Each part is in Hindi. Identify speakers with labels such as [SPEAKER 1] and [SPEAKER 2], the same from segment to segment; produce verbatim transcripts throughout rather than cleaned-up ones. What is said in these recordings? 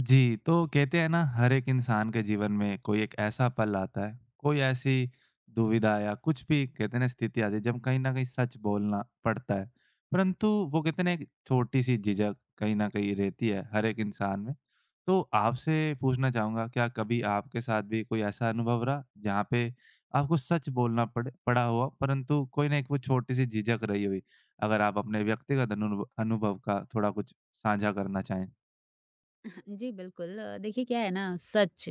[SPEAKER 1] जी, तो कहते हैं ना हर एक इंसान के जीवन में कोई एक ऐसा पल आता है, कोई ऐसी दुविधा या कुछ भी कहते हैं ना स्थिति आती है जब कहीं न कहीं सच बोलना पड़ता है। परंतु वो कहते हैं ना एक छोटी-सी झिझक कहीं न कहीं रहती है हर एक इंसान में। तो आपसे पूछना चाहूँगा क्या कभी आपके साथ भी कोई ऐसा अनुभव रहा जहाँ पे आपको सच बोलना पड़े पड़ा हुआ परंतु कोई ना एक वो छोटी-सी झिझक रही हुई? अगर आप अपने व्यक्तिगत अनुभ अनुभव का थोड़ा कुछ साझा करना चाहें?
[SPEAKER 2] जी, बिल्कुल। अ, देखिए, क्या है ना सच,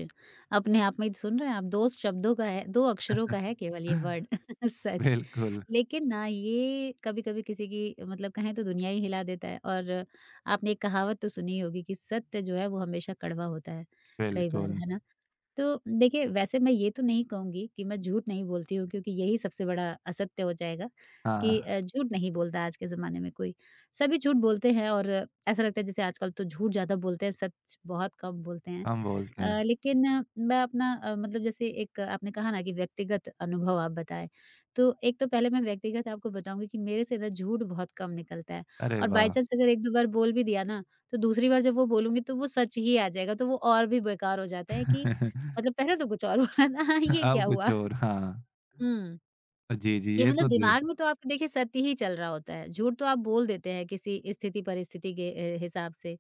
[SPEAKER 2] अपने आप में सुन रहे हैं आप, दो शब्दों का है, दो अक्षरों का है, केवल ये वर्ड सच।
[SPEAKER 1] बिल्कुल,
[SPEAKER 2] लेकिन ना ये कभी-कभी किसी की मतलब कहें तो दुनिया ही हिला देता है। और आपने एक कहावत तो सुनी ही होगी कि सत्य जो है वो हमेशा कड़वा होता है, कई बार,
[SPEAKER 1] बिल्कुल।
[SPEAKER 2] है ना? तो देखिए, वैसे मैं ये तो नहीं कहूँगी कि मैं झूठ नहीं बोलती हूँ, क्योंकि यही सबसे बड़ा असत्य हो जाएगा।
[SPEAKER 1] हाँ,
[SPEAKER 2] कि अ, झूठ नहीं बोलता आज के ज़माने में कोई। सभी झूठ बोलते हैं, और ऐसा लगता है जैसे आजकल तो झूठ ज़्यादा बोलते हैं, सच बहुत कम बोलते हैं।
[SPEAKER 1] हम बोलते हैं,
[SPEAKER 2] अ, लेकिन अ, मैं अपना अ, मतलब, जैसे एक आपने कहा ना कि व्यक्तिगत अनुभव आप बताएँ, तो एक तो पहले मैं व्यक्तिगत आपको बताऊँगी कि मेरे से ना झूठ बहुत कम निकलता है।
[SPEAKER 1] "अरे
[SPEAKER 2] और बाई
[SPEAKER 1] वाह!"
[SPEAKER 2] चांस अगर एक दो बार बोल भी दिया ना, तो दूसरी बार जब वो बोलूँगी तो वो सच ही आ जाएगा, तो वो और भी बेकार हो जाता है कि मतलब पहले तो कुछ और बोला था। ये
[SPEAKER 1] अब
[SPEAKER 2] क्या
[SPEAKER 1] कुछ
[SPEAKER 2] हुआ?
[SPEAKER 1] और हाँ।
[SPEAKER 2] हुँ।
[SPEAKER 1] जी, जी,
[SPEAKER 2] कि
[SPEAKER 1] ये तो
[SPEAKER 2] मतलब
[SPEAKER 1] दे
[SPEAKER 2] दिमाग में तो आपके देखिए सत्य ही चल रहा होता है, झूठ तो आप बोल देते हैं किसी स्थिति-परिस्थिति के अ, हिसाब से,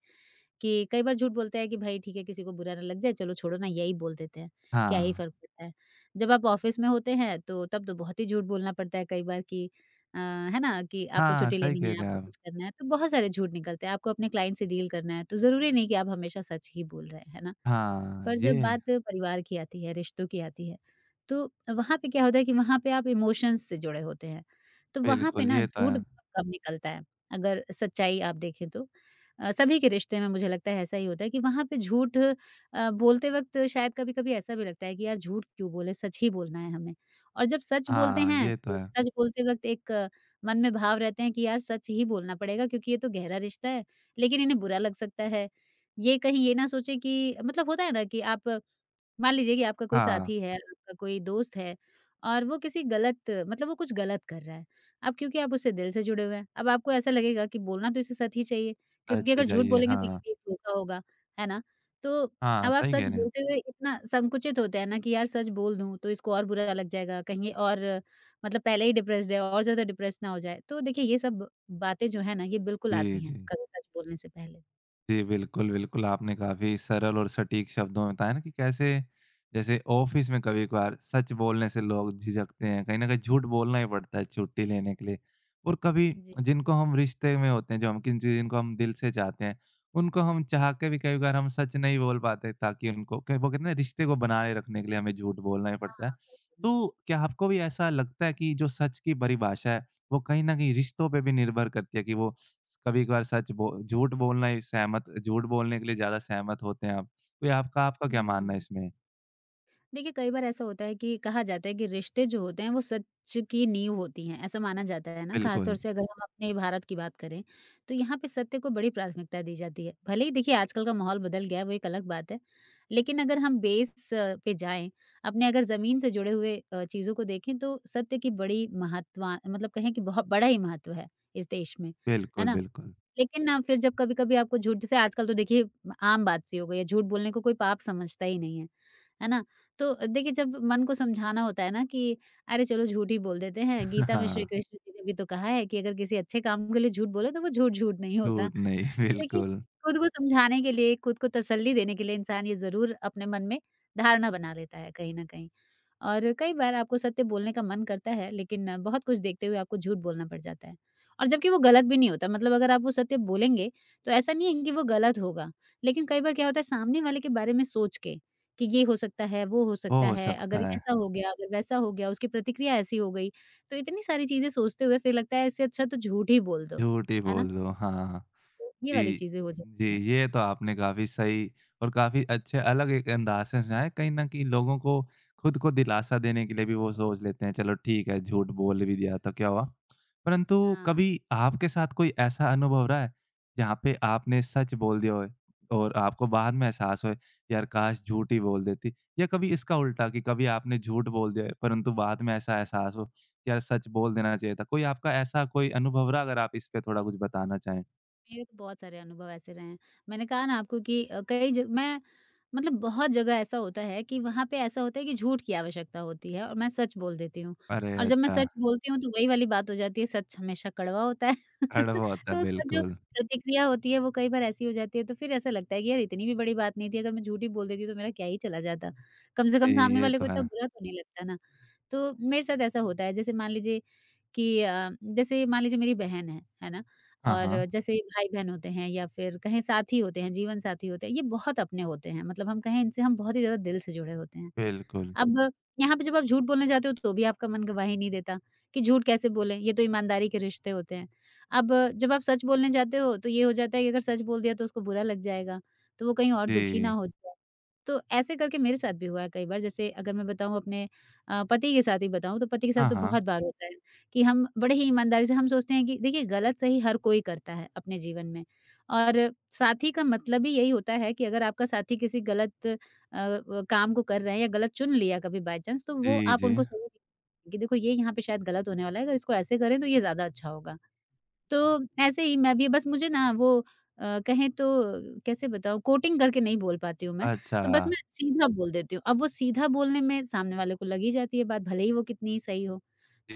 [SPEAKER 2] कि कई बार झूठ बोलते हैं कि भई ठीक है, किसी को बुरा ना लग जाए, चलो छोड़ो ना, यही बोल देते हैं, क्या ही
[SPEAKER 1] हाँ।
[SPEAKER 2] फ़र्क पड़ता है। जब आप ऑफ़िस में होते हैं तो तब तो बहुत ही झूठ बोलना पड़ता है कई बार कि अ, है ना? कि आपको
[SPEAKER 1] हाँ,
[SPEAKER 2] छुट्टी
[SPEAKER 1] सही
[SPEAKER 2] लेनी
[SPEAKER 1] कह
[SPEAKER 2] है,
[SPEAKER 1] रहे हैं
[SPEAKER 2] आपको
[SPEAKER 1] आप।
[SPEAKER 2] कुछ करना है, तो बहुत सारे झूठ निकलते हैं। आपको अपने क्लाइंट से डील करना है, तो ज़रूरी नहीं कि आप हमेशा सच ही बोल रहे हैं, है ना?
[SPEAKER 1] हाँ,
[SPEAKER 2] पर जब बात
[SPEAKER 1] ये
[SPEAKER 2] परिवार की आती है, रिश्तों की आती है, तो वहाँ पे क्या होता है कि वहाँ पे आप इमोशंस से जुड़े होते हैं। तो वहाँ पे
[SPEAKER 1] बिल्कुल,
[SPEAKER 2] ना
[SPEAKER 1] ये तो
[SPEAKER 2] झूठ
[SPEAKER 1] है।
[SPEAKER 2] बहुत कम निकलता है, अगर सच्चाई आप देखें तो। अ, सभी के रिश्ते में मुझे लगता है ऐसा ही होता है कि वहाँ पे झूठ अ, बोलते वक़्त शायद कभी-कभी ऐसा भी लगता है कि यार झूठ क्यों बोले, सच ही बोलना है हमें। और जब सच बोलते
[SPEAKER 1] हाँ,
[SPEAKER 2] हैं,
[SPEAKER 1] ये तो
[SPEAKER 2] तो
[SPEAKER 1] है।
[SPEAKER 2] सच बोलते वक़्त एक अ, मन में भाव रहते हैं कि यार सच ही बोलना पड़ेगा, क्योंकि ये तो गहरा रिश्ता है, लेकिन इन्हें बुरा लग सकता है, ये कहीं ये ना सोचे कि मतलब होता है ना कि आप मान लीजिए कि आपका कोई
[SPEAKER 1] हाँ,
[SPEAKER 2] साथी है, आपका कोई दोस्त है, और वो किसी गलत मतलब वो कुछ गलत कर रहा है। अब क्योंकि आप उससे दिल से जुड़े हुए हैं, अब आपको ऐसा लगेगा कि बोलना तो इसे सच ही चाहिए, क्योंकि
[SPEAKER 1] सच्ची
[SPEAKER 2] अगर झूठ
[SPEAKER 1] चाहिए।
[SPEAKER 2] बोलेंगे तो ये
[SPEAKER 1] हाँ,
[SPEAKER 2] भी एक धोखा होगा, है ना? तो
[SPEAKER 1] हाँ,
[SPEAKER 2] अब आप
[SPEAKER 1] सही कह
[SPEAKER 2] सच
[SPEAKER 1] रहे हैं।
[SPEAKER 2] बोलते हुए इतना संकुचित होते हैं ना कि यार सच बोल दूँ तो इसको और बुरा लग जाएगा, कहीं ये और मतलब पहले ही डिप्रेस्ड है और ज़्यादा डिप्रेस ना हो जाए। तो देखिए ये सब बातें जो है ना, ये बिल्कुल
[SPEAKER 1] जी,
[SPEAKER 2] आती हैं
[SPEAKER 1] जी।
[SPEAKER 2] कभी सच बोलने से पहले।
[SPEAKER 1] जी, बिल्कुल, बिल्कुल। आपने काफ़ी सरल और सटीक शब्दों में बताया ना कि कैसे जैसे ऑफ़िस में कभी-कभार सच बोलने से लोग झिझकते हैं, कहीं न कहीं झूठ बोलना ही पड़ता है छुट्टी लेने के लिए। और कभी
[SPEAKER 2] जी।
[SPEAKER 1] जिनको हम रिश्ते में होते हैं, जो हम किन जिनको हम दिल से चाहते हैं, उनको हम चाह के भी कई बार हम सच नहीं बोल पाते ताकि उनको क वो कहते हैं ना रिश्ते को बनाए रखने के लिए हमें झूठ बोलना ही पड़ता है।
[SPEAKER 2] हाँ।
[SPEAKER 1] तो क्या आपको भी ऐसा लगता है कि जो सच की परिभाषा है, वो कहीं न कहीं रिश्तों पे भी निर्भर करती है कि वो कभी कभार सच बो झूठ बोलना ही सहमत झूठ बोलने के लिए ज़्यादा सहमत होते हैं आप। कोई आपका आपका क्या मानना है
[SPEAKER 2] हुँ।
[SPEAKER 1] इसमें?
[SPEAKER 2] देखिए, कई बार ऐसा होता है कि कहा जाता है कि रिश्ते जो होते हैं, वो सच की नींव होती हैं, ऐसा माना जाता है ना? ख़ास
[SPEAKER 1] बिल्कुल,
[SPEAKER 2] तौर से अगर हम अपने भारत की बात करें, तो यहाँ पे सत्य को बड़ी प्राथमिकता दी जाती है। भले ही देखिए आजकल का माहौल बदल गया है, वो एक अलग बात है। लेकिन अगर हम बेस अ, पे जाएँ, अपने अगर ज़मीन से जुड़े हुए अ, चीज़ों को देखें, तो सत्य की बड़ी महत्वा मतलब कहें कि बहुत बड़ा ही महत्व है इस देश में, है
[SPEAKER 1] बिल्कुल,
[SPEAKER 2] ना?
[SPEAKER 1] बिल्कुल।
[SPEAKER 2] लेकिन ना फिर जब कभी-कभी आपको झूठ जैसे आजकल तो देखिए आम बात सी हो गई है, झूठ बोलने को कोई पाप समझता ही नहीं है, है ना? तो देखिए जब मन को समझाना होता है ना कि अरे चलो झूठ ही बोल देते हैं, गीता में श्री
[SPEAKER 1] हाँ,
[SPEAKER 2] कृष्ण जी ने भी तो कहा है कि अगर किसी अच्छे काम के लिए झूठ बोले तो वो झूठ झूठ नहीं होता।
[SPEAKER 1] झूठ नहीं,
[SPEAKER 2] तो देखिए,
[SPEAKER 1] बिल्कुल।
[SPEAKER 2] खुद को समझाने के लिए, खुद को तसल्ली देने के लिए इंसान ये ज़रूर अपने मन में धारणा बना लेता है कहीं न कहीं। और कई बार आपको सत्य बोलने का मन करता है, लेकिन बहुत कुछ देखते हुए आपको झूठ बोलना पड़ जाता है। और जबकि वो गलत भी नहीं होता, मतलब अगर आप वो सत्य बोलेंगे, तो ऐसा नहीं है कि वो गलत होगा। लेकिन कई बार क्या होता है, सामने वाले के बारे में सोच के कि ये हो सकता है, वो हो
[SPEAKER 1] वो
[SPEAKER 2] सकता
[SPEAKER 1] हो
[SPEAKER 2] है, अगर
[SPEAKER 1] सकता है,
[SPEAKER 2] ऐसा हो गया, अगर वैसा हो गया, उसकी प्रतिक्रिया ऐसी हो गई, तो इतनी सारी चीज़ें सोचते हुए फिर लगता है इससे अच्छा तो झूठ ही बोल दो,
[SPEAKER 1] झूठ ही
[SPEAKER 2] है ना?
[SPEAKER 1] बोल दो, हाँ।
[SPEAKER 2] ये वाली
[SPEAKER 1] जी,
[SPEAKER 2] चीज़ें हो
[SPEAKER 1] जी,
[SPEAKER 2] जाती हैं।
[SPEAKER 1] ये तो आपने काफ़ी सही और काफ़ी अच्छे अलग एक अंदाज़ से समझाया, कहीं न कहीं लोगों को खुद को दिलासा देने के लिए भी वो सोच लेते हैं, चलो ठीक है, झूठ बोल भी दिया तो क्या हुआ? परंतु
[SPEAKER 2] हाँ,
[SPEAKER 1] कभी आपके साथ कोई ऐसा अनुभव रहा है, जहाँ पे आपने सच बोल दिया होए और आपको बाद में एहसास होए, यार काश झूठ ही बोल देती? या कभी इसका उल्टा कि कभी आपने झूठ बोल दिया है, परंतु बाद में ऐसा एहसास हो, कि यार सच बोल देना चाहिए था। कोई आपका ऐसा कोई अनुभव रहा, अगर आप इस पे थोड़ा कुछ बताना चाहें?
[SPEAKER 2] मेरे तो बहुत सारे अनुभव ऐसे रहे हैं। मैंने कहा ना आपको कि अ, कई ज मैं मतलब बहुत जगह ऐसा होता है कि वहाँ पे ऐसा होता है कि झूठ की आवश्यकता होती है, और मैं सच बोल देती हूँ।
[SPEAKER 1] अरे!
[SPEAKER 2] और जब मैं
[SPEAKER 1] अच्छा,
[SPEAKER 2] सच बोलती हूँ तो वही वाली बात हो जाती है, सच हमेशा कड़वा होता है।
[SPEAKER 1] हड़बो होता है,
[SPEAKER 2] तो उसका जो
[SPEAKER 1] बिल्कुल।
[SPEAKER 2] प्रतिक्रिया होती है वो कई बार ऐसी हो जाती है तो फिर ऐसा लगता है कि यार इतनी भी बड़ी बात नहीं थी, अगर मैं झूठ ही बोल देती तो मेरा क्या ही चला जाता। कम से
[SPEAKER 1] जी,
[SPEAKER 2] कम सामने
[SPEAKER 1] ये
[SPEAKER 2] वाले
[SPEAKER 1] तो
[SPEAKER 2] को
[SPEAKER 1] है।
[SPEAKER 2] इतना बुरा तो नहीं लगता ना। तो मेरे साथ ऐसा होता है, जैसे मान लीजिए कि अ, जैसे मान लीजिए मेरी बहन है, है ना?
[SPEAKER 1] हाँ, हाँ,
[SPEAKER 2] और जैसे भाई-बहन होते हैं या फिर कहें साथी होते हैं, जीवन साथी होते हैं, ये बहुत अपने होते हैं। मतलब हम कहें इनसे हम बहुत ही ज़्यादा दिल से जुड़े होते हैं।
[SPEAKER 1] बिल्कुल।
[SPEAKER 2] अब यहाँ पे जब आप झूठ बोलने जाते हो तो भी आपका मन गवाही नहीं देता कि झूठ कैसे बोलें, ये तो ईमानदारी के रिश्ते होते हैं। अब जब आप सच बोलने जाते हो तो ये हो जाता है कि अगर सच बोल दिया तो उसको बुरा लग जाएगा, तो वो कहीं और दुखी ना
[SPEAKER 1] जी,
[SPEAKER 2] हो जाए। तो ऐसे करके मेरे साथ भी हुआ है कई बार। जैसे अगर मैं बताऊँ अपने अ, पति के साथ ही बताऊँ, तो पति के साथ
[SPEAKER 1] हाँ,
[SPEAKER 2] तो
[SPEAKER 1] हाँ।
[SPEAKER 2] बहुत बार होता है कि हम बड़े ही ईमानदारी से हम सोचते हैं कि देखिए गलत-सही हर कोई करता है अपने जीवन में, और साथी का मतलब ही यही होता है कि अगर आपका साथी किसी गलत अ, व काम को कर रहे हैं या गलत चुन लिया कभी बाय चांस, तो वो
[SPEAKER 1] जी,
[SPEAKER 2] आप
[SPEAKER 1] जी।
[SPEAKER 2] उनको सही कि देखो ये यहाँ पे शायद गलत होने वाला है, अगर इसको ऐसे करें तो ये ज़्यादा अच्छा होगा। तो ऐसे ही मैं भी बस मुझे ना वो अ, कहें तो कैसे बताऊँ, कोटिंग करके नहीं बोल पाती हूँ मैं,
[SPEAKER 1] अच्छा,
[SPEAKER 2] तो बस मैं सीधा बोल देती हूँ। अब वो सीधा बोलने में सामने वाले को लग ही जाती है बात, भले ही वो कितनी ही सही हो।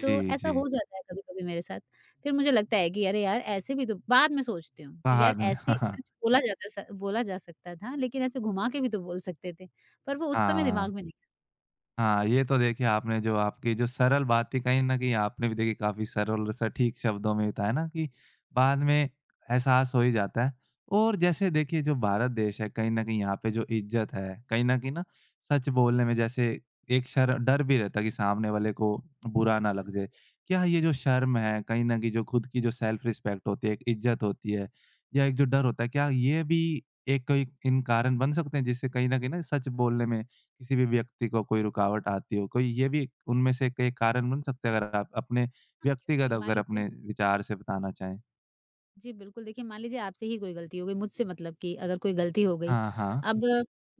[SPEAKER 2] तो ऐसा
[SPEAKER 1] जी।
[SPEAKER 2] हो जाता है कभी-कभी मेरे साथ। फिर मुझे लगता है कि अरे यार, ऐसे भी तो बाद में सोचती हूँ कि यार
[SPEAKER 1] बाद में
[SPEAKER 2] ऐसे
[SPEAKER 1] हाँ, हाँ।
[SPEAKER 2] सच बोला जाता स बोला जा सकता था, लेकिन ऐसे घुमा के भी तो बोल सकते थे। पर वो उस समय दिमाग
[SPEAKER 1] हाँ।
[SPEAKER 2] में नहीं था।
[SPEAKER 1] हाँ, ये तो देखिए आपने जो आपकी जो सरल बातें कहीं न कहीं आपने भी देखिए काफ़ी सरल और सटीक शब्दों में बताया ना कि बाद में एहसास हो ही जाता है। और जैसे देखिए जो भारत देश है कहीं न कहीं यहाँ पे जो इज़्ज़त है, कहीं न कहीं ना सच बोलने में जैसे एक शर डर भी रहता है कि सामने वाले को बुरा ना लग जाए। क्या ये जो शर्म है कहीं न कहीं जो खुद की जो सेल्फ रिस्पेक्ट होती है, एक इज़्ज़त होती है या एक जो डर होता है, क्या ये भी एक कोई इन कारण बन सकते हैं जिससे कहीं न कहीं ना सच बोलने में किसी भी व्यक्ति को कोई रुकावट आती हो, कोई ये भी उनमें से एक एक कारण बन सकता है अगर आप अपने
[SPEAKER 2] हाँ, क्यों
[SPEAKER 1] व्यक्तिगत
[SPEAKER 2] नहीं, मान
[SPEAKER 1] अगर
[SPEAKER 2] लीजिए
[SPEAKER 1] अपने विचार से बताना चाहें?
[SPEAKER 2] जी, बिल्कुल, देखिए मान लीजिए आपसे ही कोई गलती हो गई, मुझसे मतलब कि अगर कोई गलती हो गई,
[SPEAKER 1] हाँ, हाँ।
[SPEAKER 2] अब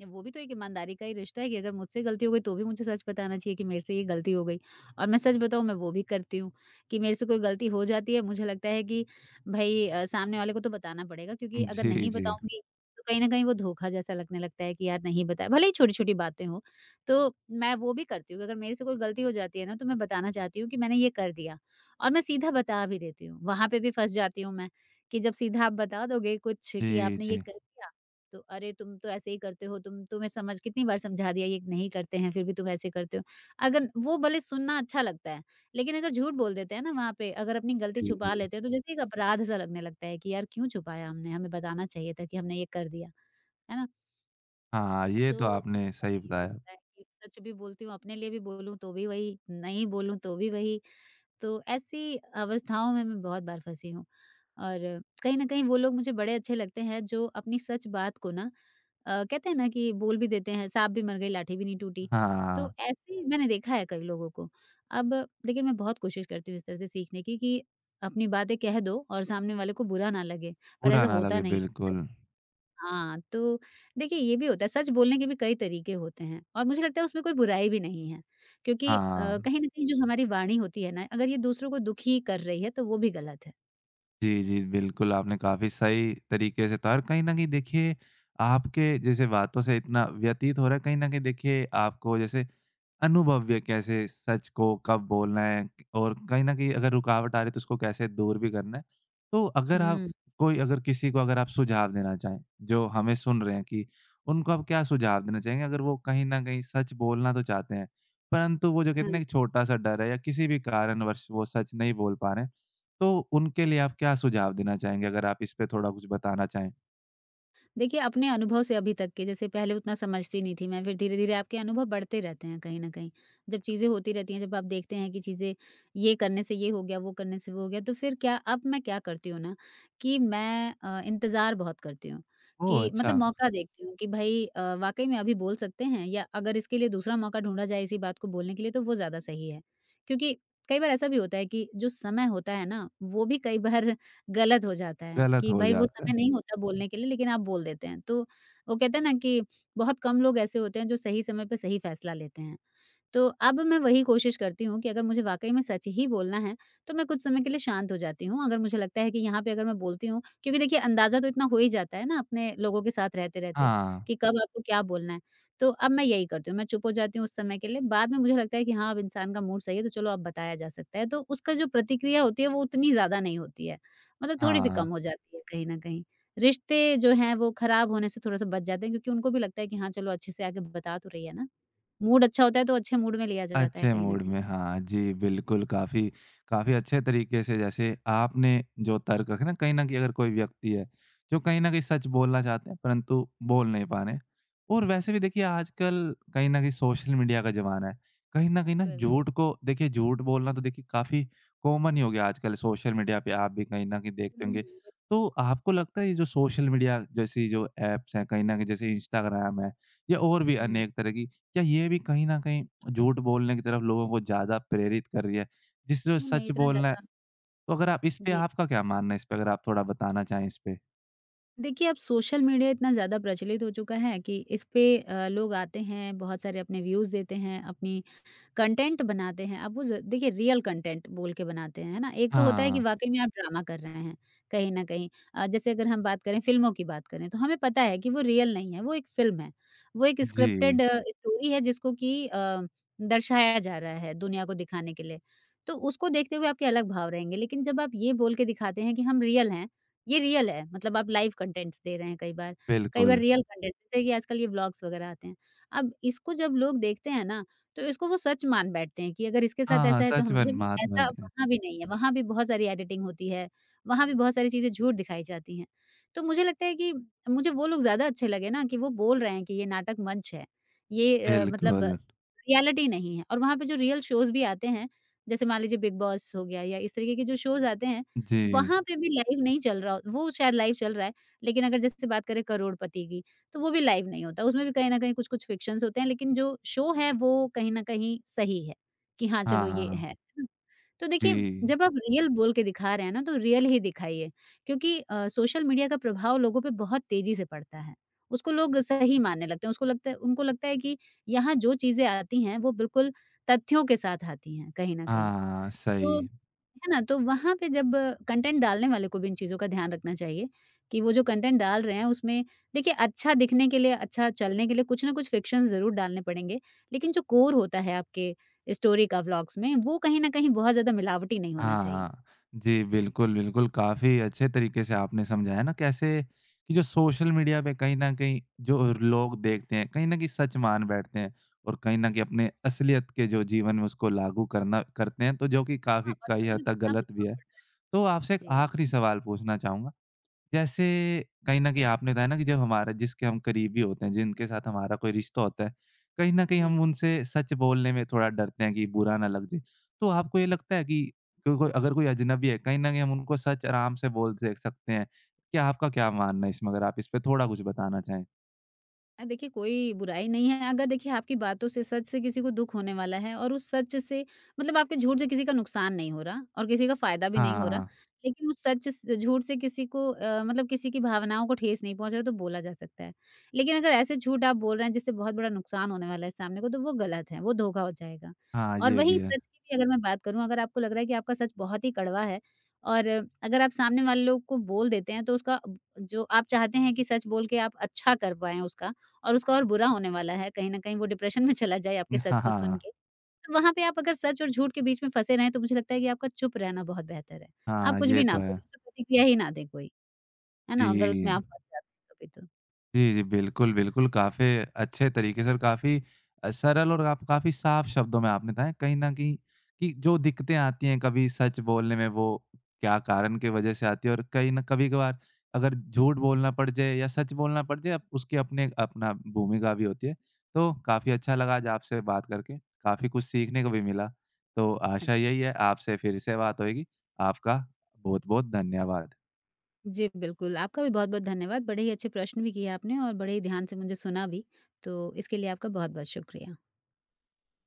[SPEAKER 2] वो भी तो एक ईमानदारी का ही रिश्ता है कि अगर मुझसे गलती हो गई तो भी मुझे सच बताना चाहिए कि मेरे से ये गलती हो गई। और मैं सच बताऊँ, मैं वो भी करती हूँ कि मेरे से कोई गलती हो जाती है, मुझे लगता है कि भई अ, सामने वाले को तो बताना पड़ेगा, क्योंकि अगर
[SPEAKER 1] जी,
[SPEAKER 2] नहीं
[SPEAKER 1] जी।
[SPEAKER 2] बताऊँगी तो कहीं न कहीं वो धोखा जैसा लगने लगता है कि यार नहीं बताया, भले ही छोटी-छोटी बातें हों। तो मैं वो भी करती हूँ कि अगर मेरे से कोई गलती हो जाती है ना तो मैं बताना चाहती हूँ कि मैंने ये कर दिया, और मैं सीधा बता भी देती हूँ, वहाँ पे भी फँस जाती हूँ मैं। कि जब सीधा आप बता दोगे कुछ कि
[SPEAKER 1] जी,
[SPEAKER 2] आपने ये
[SPEAKER 1] जी।
[SPEAKER 2] कर दिया, तो अरे तुम तो ऐसे ही करते हो, तुम तुम्हें समझ कितनी बार समझा दिया ये नहीं करते हैं, फिर भी तुम ऐसे करते हो। अगर वो भले सुनना अच्छा लगता है, लेकिन अगर झूठ बोल देते हैं ना वहाँ पे, अगर अपनी गलती
[SPEAKER 1] जी, जी।
[SPEAKER 2] छुपा लेते हैं, तो जैसे एक अपराध सा लगने लगता है कि यार क्यों छुपाया हमने? हमें बताना चाहिए था कि हमने ये कर दिया, है ना?
[SPEAKER 1] हाँ, ये तो
[SPEAKER 2] तो मेरे
[SPEAKER 1] आपने
[SPEAKER 2] साथ
[SPEAKER 1] सही
[SPEAKER 2] तो ये भी
[SPEAKER 1] बताया।
[SPEAKER 2] होता है कि सच भी बोलती हूँ, अपने लिए भी बोलूँ तो भी वही, नहीं बोलूँ तो भी वही। तो ऐसी अवस्थाओं में मैं बहुत बार फँसी हूँ। और कहीं न कहीं वो लोग मुझे बड़े अच्छे लगते हैं जो अपनी सच बात को ना अ, कहते हैं ना कि बोल भी देते हैं, साँप भी मर गई लाठी भी नहीं टूटी। तो
[SPEAKER 1] हाँ,
[SPEAKER 2] ऐसे ही मैंने देखा है कई लोगों को। अब लेकिन मैं बहुत कोशिश करती हूँ इस तरह से सीखने की कि अपनी बातें कह दो और सामने वाले को बुरा ना लगे, पर
[SPEAKER 1] बुरा
[SPEAKER 2] ऐसा
[SPEAKER 1] ना
[SPEAKER 2] होता
[SPEAKER 1] लगे
[SPEAKER 2] नहीं है।
[SPEAKER 1] बिल्कुल।
[SPEAKER 2] हाँ, तो देखिए ये भी होता है, सच बोलने के भी कई तरीके होते हैं और मुझे लगता है उसमें कोई बुराई भी नहीं है क्योंकि अ,
[SPEAKER 1] हाँ।
[SPEAKER 2] कहीं न कहीं जो हमारी वाणी होती है ना, अगर ये दूसरों को दुखी कर रही है तो वो भी गलत है।
[SPEAKER 1] जी, जी। बिल्कुल, आपने काफ़ी सही तरीके से कहा और कहीं न कहीं देखिए, आपके जैसे बातों से इतना व्यतीत हो रहा है, कहीं न कहीं देखिए आपको जैसे अनुभव्य कैसे सच को कब बोलना है और कहीं न कहीं अगर रुकावट आ रही है, तो उसको कैसे दूर भी करना है। तो अगर आप
[SPEAKER 2] हुँ।
[SPEAKER 1] कोई अगर किसी को अगर आप सुझाव देना चाहें, जो हमें सुन रहे हैं कि उनको आप क्या सुझाव देना चाहेंगे? अगर वो कहीं न कहीं सच बोलना तो चाहते हैं, परंतु वो जो कहते हैं ना
[SPEAKER 2] हाँ।
[SPEAKER 1] एक छोटा-सा डर है या किसी भी कारणवश वो सच नहीं बोल पा रहे हैं। तो उनके लिए आप क्या सुझाव देना चाहेंगे अगर आप इस पे थोड़ा कुछ बताना चाहें?
[SPEAKER 2] देखिए, अपने अनुभव से अभी तक के जैसे पहले उतना समझती नहीं थी मैं, फिर धीरे-धीरे आपके अनुभव बढ़ते रहते हैं कहीं न कहीं। जब चीज़ें होती रहती हैं, जब आप देखते हैं कि चीज़ें ये करने से ये हो गया, वो करने से वो हो गया, तो फिर क्या अब मैं क्या करती हूँ ना कि मैं अ, इंतज़ार बहुत करती हूँ
[SPEAKER 1] ओह!
[SPEAKER 2] कि
[SPEAKER 1] अच्छा,
[SPEAKER 2] मतलब मौका देखती हूँ कि भई अ, वाक़ई में अभी बोल सकते हैं या अगर इसके लिए दूसरा मौका ढूँढा जाए इसी बात को बोलने के लिए तो वो ज़्यादा सही है। क्योंकि कई बार ऐसा भी होता है कि जो समय होता है ना, वो भी कई बार गलत हो जाता है
[SPEAKER 1] गलत
[SPEAKER 2] कि
[SPEAKER 1] हो
[SPEAKER 2] भाई वो
[SPEAKER 1] जाता
[SPEAKER 2] समय
[SPEAKER 1] है।
[SPEAKER 2] नहीं होता बोलने के लिए लेकिन आप बोल देते हैं। तो वो कहते हैं ना कि बहुत कम लोग ऐसे होते हैं जो सही समय पे सही फैसला लेते हैं। तो अब मैं वही कोशिश करती हूँ कि अगर मुझे वाक़ई में सच ही बोलना है, तो मैं कुछ समय के लिए शांत हो जाती हूँ। अगर मुझे लगता है कि यहाँ पे अगर मैं बोलती हूँ क्योंकि देखिए अंदाज़ा तो इतना हो ही जाता है ना अपने लोगों के साथ रहते-रहते
[SPEAKER 1] हाँ,
[SPEAKER 2] कि कब आपको क्या बोलना है। तो अब मैं यही करती हूँ, मैं चुप हो जाती हूँ उस समय के लिए। बाद में मुझे लगता है कि हाँ, अब इंसान का मूड सही है तो चलो अब बताया जा सकता है। तो उसका जो प्रतिक्रिया होती है वो उतनी ज़्यादा नहीं होती है, मतलब थोड़ी-सी
[SPEAKER 1] हाँ।
[SPEAKER 2] कम हो जाती है कहीं न कहीं। रिश्ते जो हैं वो ख़राब होने से थोड़ा-सा बच जाते हैं क्योंकि उनको भी लगता है कि हाँ, चलो अच्छे से आके बता तो रही है ना। मूड अच्छा होता है तो अच्छे मूड में लिया जाता है
[SPEAKER 1] अच्छे
[SPEAKER 2] कहीं न
[SPEAKER 1] मूड
[SPEAKER 2] कहीं।
[SPEAKER 1] में, हाँ। जी, बिल्कुल, काफ़ी काफ़ी अच्छे तरीके से जैसे आपने जो तर्क रखे ना, कहीं न कहीं अगर कोई व्यक्ति है, जो कहीं न कहीं सच बोलना चाहते हैं, परंतु बोल नहीं पा रहे हैं। और वैसे भी देखिए आजकल कहीं न कहीं सोशल मीडिया का ज़माना है। कहीं न कहीं ना
[SPEAKER 2] बिल्कुल।
[SPEAKER 1] झूठ को देखिए झूठ बोलना तो देखिए काफ़ी कॉमन ही हो गया आजकल सोशल मीडिया पे, आप भी कहीं न कहीं देखते
[SPEAKER 2] हुँ,
[SPEAKER 1] होंगे। तो आपको लगता है ये जो सोशल मीडिया जैसी जो ऐप्स हैं, कहीं न कहीं जैसे इंस्टाग्राम है या और भी
[SPEAKER 2] हुँ।
[SPEAKER 1] अनेक तरह की, क्या ये भी कहीं न कहीं झूठ बोलने की तरफ लोगों को ज़्यादा प्रेरित कर रही है, जिससे
[SPEAKER 2] वो नहीं
[SPEAKER 1] सच
[SPEAKER 2] इतना
[SPEAKER 1] बोलना है।
[SPEAKER 2] ज़्यादा
[SPEAKER 1] तो अगर आप इस पे
[SPEAKER 2] जी।
[SPEAKER 1] आपका क्या मानना है इस पे अगर आप थोड़ा बताना चाहें इस पे?
[SPEAKER 2] देखिए अब सोशल मीडिया इतना ज़्यादा प्रचलित हो चुका है कि इस पे अ, लोग आते हैं, बहुत सारे अपने व्यूज़ देते हैं, अपनी कंटेंट बनाते हैं, अब वो ज़ देखिए रियल कंटेंट बोल के बनाते हैं, है ना? एक तो होता है कि
[SPEAKER 1] हाँ,
[SPEAKER 2] वाक़ई में आप ड्रामा कर रहे हैं, कहीं न कहीं। अ, जैसे अगर हम बात करें फ़िल्मों की बात करें, तो हमें पता है कि वो रियल नहीं है, वो एक फ़िल्म है। वो एक
[SPEAKER 1] जी,
[SPEAKER 2] स्क्रिप्टेड स्टोरी है जिसको कि अ, दर्शाया जा रहा है दुनिया को दिखाने के लिए। तो उसको देखते हुए आपके अलग भाव रहेंगे, लेकिन जब आप ये बोल के दिखाते हैं कि हम रियल हैं, ये रियल है, मतलब आप लाइव कंटेंट्स दे रहे हैं कई बार। कई बार
[SPEAKER 1] बिल्कुल।
[SPEAKER 2] रियल कंटेंट जैसे कि आजकल ये व्लॉग्स वग़ैरह आते हैं। अब इसको जब लोग देखते हैं ना, तो इसको वो सच मान बैठते हैं कि अगर इसके साथ
[SPEAKER 1] हाँ, हाँ,
[SPEAKER 2] ऐसा है तो
[SPEAKER 1] सच
[SPEAKER 2] हम
[SPEAKER 1] में
[SPEAKER 2] जबकि
[SPEAKER 1] महात्मा
[SPEAKER 2] ऐसा
[SPEAKER 1] गाँधी थे।
[SPEAKER 2] वहाँ भी नहीं है, वहाँ भी बहुत सारी एडिटिंग होती है, वहाँ भी बहुत सारी चीज़ें झूठ दिखाई जाती हैं। तो मुझे लगता है कि मुझे वो लोग ज़्यादा अच्छे लगे ना कि वो बोल रहे हैं कि ये नाटक मंच है, ये अ, मतलब
[SPEAKER 1] बिल्कुल,
[SPEAKER 2] रियलिटी नहीं है और वहाँ पे जो रियल शोज़ भी आते हैं, जैसे मान लीजिए बिग बॉस हो गया या इस तरीके के जो शोज़ आते हैं,
[SPEAKER 1] जी।
[SPEAKER 2] वहाँ पे भी लाइव नहीं चल रहा हो- वो शायद लाइव चल रहा है, लेकिन अगर जैसे बात करें करोड़पति की तो वो भी लाइव नहीं होता। उसमें भी कहीं न कहीं कुछ-कुछ फ़िक्शंस होते हैं, लेकिन जो शो है वो कहीं न कहीं सही है, कि हाँ,
[SPEAKER 1] हाँ,
[SPEAKER 2] चलो
[SPEAKER 1] हाँ,
[SPEAKER 2] ये
[SPEAKER 1] हाँ।
[SPEAKER 2] है, है ना? तो
[SPEAKER 1] जी।
[SPEAKER 2] देखिए, जब आप रियल बोल के दिखा रहे हैं ना, तो रियल ही दिखाइए क्योंकि अ, सोशल मीडिया का प्रभाव लोगों पे बहुत तेज़ी से पड़ता है। उसको लोग सही मानने लगते हैं, उसको लगता है उनको लगता है कि यहाँ जो चीज़ें आती हैं, वो बिल्कुल तथ्यों के साथ आती हैं, कहीं न कहीं।
[SPEAKER 1] हाँ,
[SPEAKER 2] तो
[SPEAKER 1] सही।
[SPEAKER 2] है ना? तो वहाँ पे जब कंटेंट डालने वाले को भी इन चीज़ों का ध्यान रखना चाहिए कि वो जो कंटेंट डाल रहे हैं उसमें देखिए अच्छा दिखने के लिए, अच्छा चलने के लिए कुछ ना कुछ फ़िक्शंस ज़रूर डालने पड़ेंगे, लेकिन जो कोर होता है आपके स्टोरी का व्लॉग्स में, वो कहीं न कहीं बहुत ज़्यादा मिलावटी नहीं होना
[SPEAKER 1] हाँ,
[SPEAKER 2] चाहिए।
[SPEAKER 1] हाँ। जी, बिल्कुल, बिल्कुल। काफ़ी अच्छे तरीके से आपने समझाया ना कैसे कि जो सोशल मीडिया पे कहीं न कहीं जो लोग देखते हैं, कहीं न कहीं सच मान बैठते हैं और कहीं न कहीं अपने असलियत के जो जीवन में उसको लागू करना करते हैं, तो जो कि काफ़ी
[SPEAKER 2] हाँ,
[SPEAKER 1] कई
[SPEAKER 2] बच्चों पे
[SPEAKER 1] हद
[SPEAKER 2] तो
[SPEAKER 1] तक
[SPEAKER 2] कितना
[SPEAKER 1] गलत भी
[SPEAKER 2] प्रभाव
[SPEAKER 1] है। तो आपसे
[SPEAKER 2] पड़
[SPEAKER 1] एक
[SPEAKER 2] जी,
[SPEAKER 1] आखिरी सवाल पूछना चाहूँगा। जैसे कहीं न कहीं आपने बताया ना कि जब हमारा जिसके हम करीबी होते हैं, जिनके साथ हमारा कोई रिश्ता होता है, कहीं न कहीं
[SPEAKER 2] जी।
[SPEAKER 1] हम उनसे सच बोलने में थोड़ा डरते हैं कि बुरा ना लग जाए। तो आपको ये लगता है कि कोई कोई अगर कोई अजनबी है, कहीं न कहीं हम उनको सच आराम से बोल से सकते हैं। क्या आपका क्या मानना है इसमें? अगर आप इस पे थोड़ा कुछ बताना चाहें।
[SPEAKER 2] अ, देखिए कोई बुराई नहीं है, अगर देखिए आपकी बातों से, सच से किसी को दुःख होने वाला है और उस सच से मतलब आपके झूठ से किसी का नुकसान नहीं हो रहा और किसी का फ़ायदा भी नहीं हो रहा,
[SPEAKER 1] हाँ,
[SPEAKER 2] लेकिन उस सच स झूठ से किसी को अ, मतलब किसी की भावनाओं को ठेस नहीं पहुँच रहा तो बोला जा सकता है। लेकिन अगर ऐसे झूठ आप बोल रहे हैं जिससे बहुत बड़ा नुकसान होने वाला है सामने को तो वो गलत है, वो धोखा हो जाएगा।
[SPEAKER 1] हाँ,
[SPEAKER 2] और
[SPEAKER 1] ये भी
[SPEAKER 2] वहीं
[SPEAKER 1] है।
[SPEAKER 2] सच की भी अगर मैं बात करूँ, अगर आपको लग रहा है कि आपका सच बहुत ही कड़वा है और अगर आप सामने वाले लोग को बोल देते हैं तो उसका ब जो आप चाहते हैं कि सच बोल के आप अच्छा कर पाएँ उसका और उसका और बुरा होने वाला है, कहीं न कहीं वो डिप्रेशन में चला जाए आपके सच
[SPEAKER 1] हाँ,
[SPEAKER 2] को सुन
[SPEAKER 1] हाँ।
[SPEAKER 2] के। तो वहाँ पे आप अगर सच और झूठ के बीच में फँसे रहें, तो मुझे लगता है कि आपका चुप रहना बहुत बेहतर है। आप
[SPEAKER 1] हाँ,
[SPEAKER 2] कुछ
[SPEAKER 1] ये
[SPEAKER 2] भी
[SPEAKER 1] तो
[SPEAKER 2] ना
[SPEAKER 1] है।
[SPEAKER 2] बोलें, तो प्रतिक्रिया ही ना दे कोई, है ना? अगर उसमें
[SPEAKER 1] जी।
[SPEAKER 2] आप फँस जाते हैं कभी तो।
[SPEAKER 1] जी, जी। बिल्कुल, बिल्कुल। काफ़ी अच्छे तरीके से और काफ़ी अ, सरल और आप काफ़ी साफ शब्दों में आपने बताया कहीं न कहीं कि जो दिक्कतें आती हैं कभी सच बोलने में वो क्या कारण की वज़ह से आती है और कहीं न कभी-कभार अगर झूठ बोलना पड़ जाए या सच बोलना पड़ जाए, अब उसकी अपने अपना भूमिका भी होती है। तो काफ़ी अच्छा लगा आज आपसे बात करके, काफ़ी कुछ सीखने को भी मिला। तो आशा
[SPEAKER 2] अच्छा।
[SPEAKER 1] यही है आपसे फिर से बात होएगी। आपका बहुत-बहुत धन्यवाद।
[SPEAKER 2] जी, बिल्कुल, आपका भी बहुत-बहुत धन्यवाद। बड़े ही अच्छे प्रश्न भी किए आपने और बड़े ही ध्यान से मुझे सुना भी, तो इसके लिए आपका बहुत-बहुत शुक्रिया।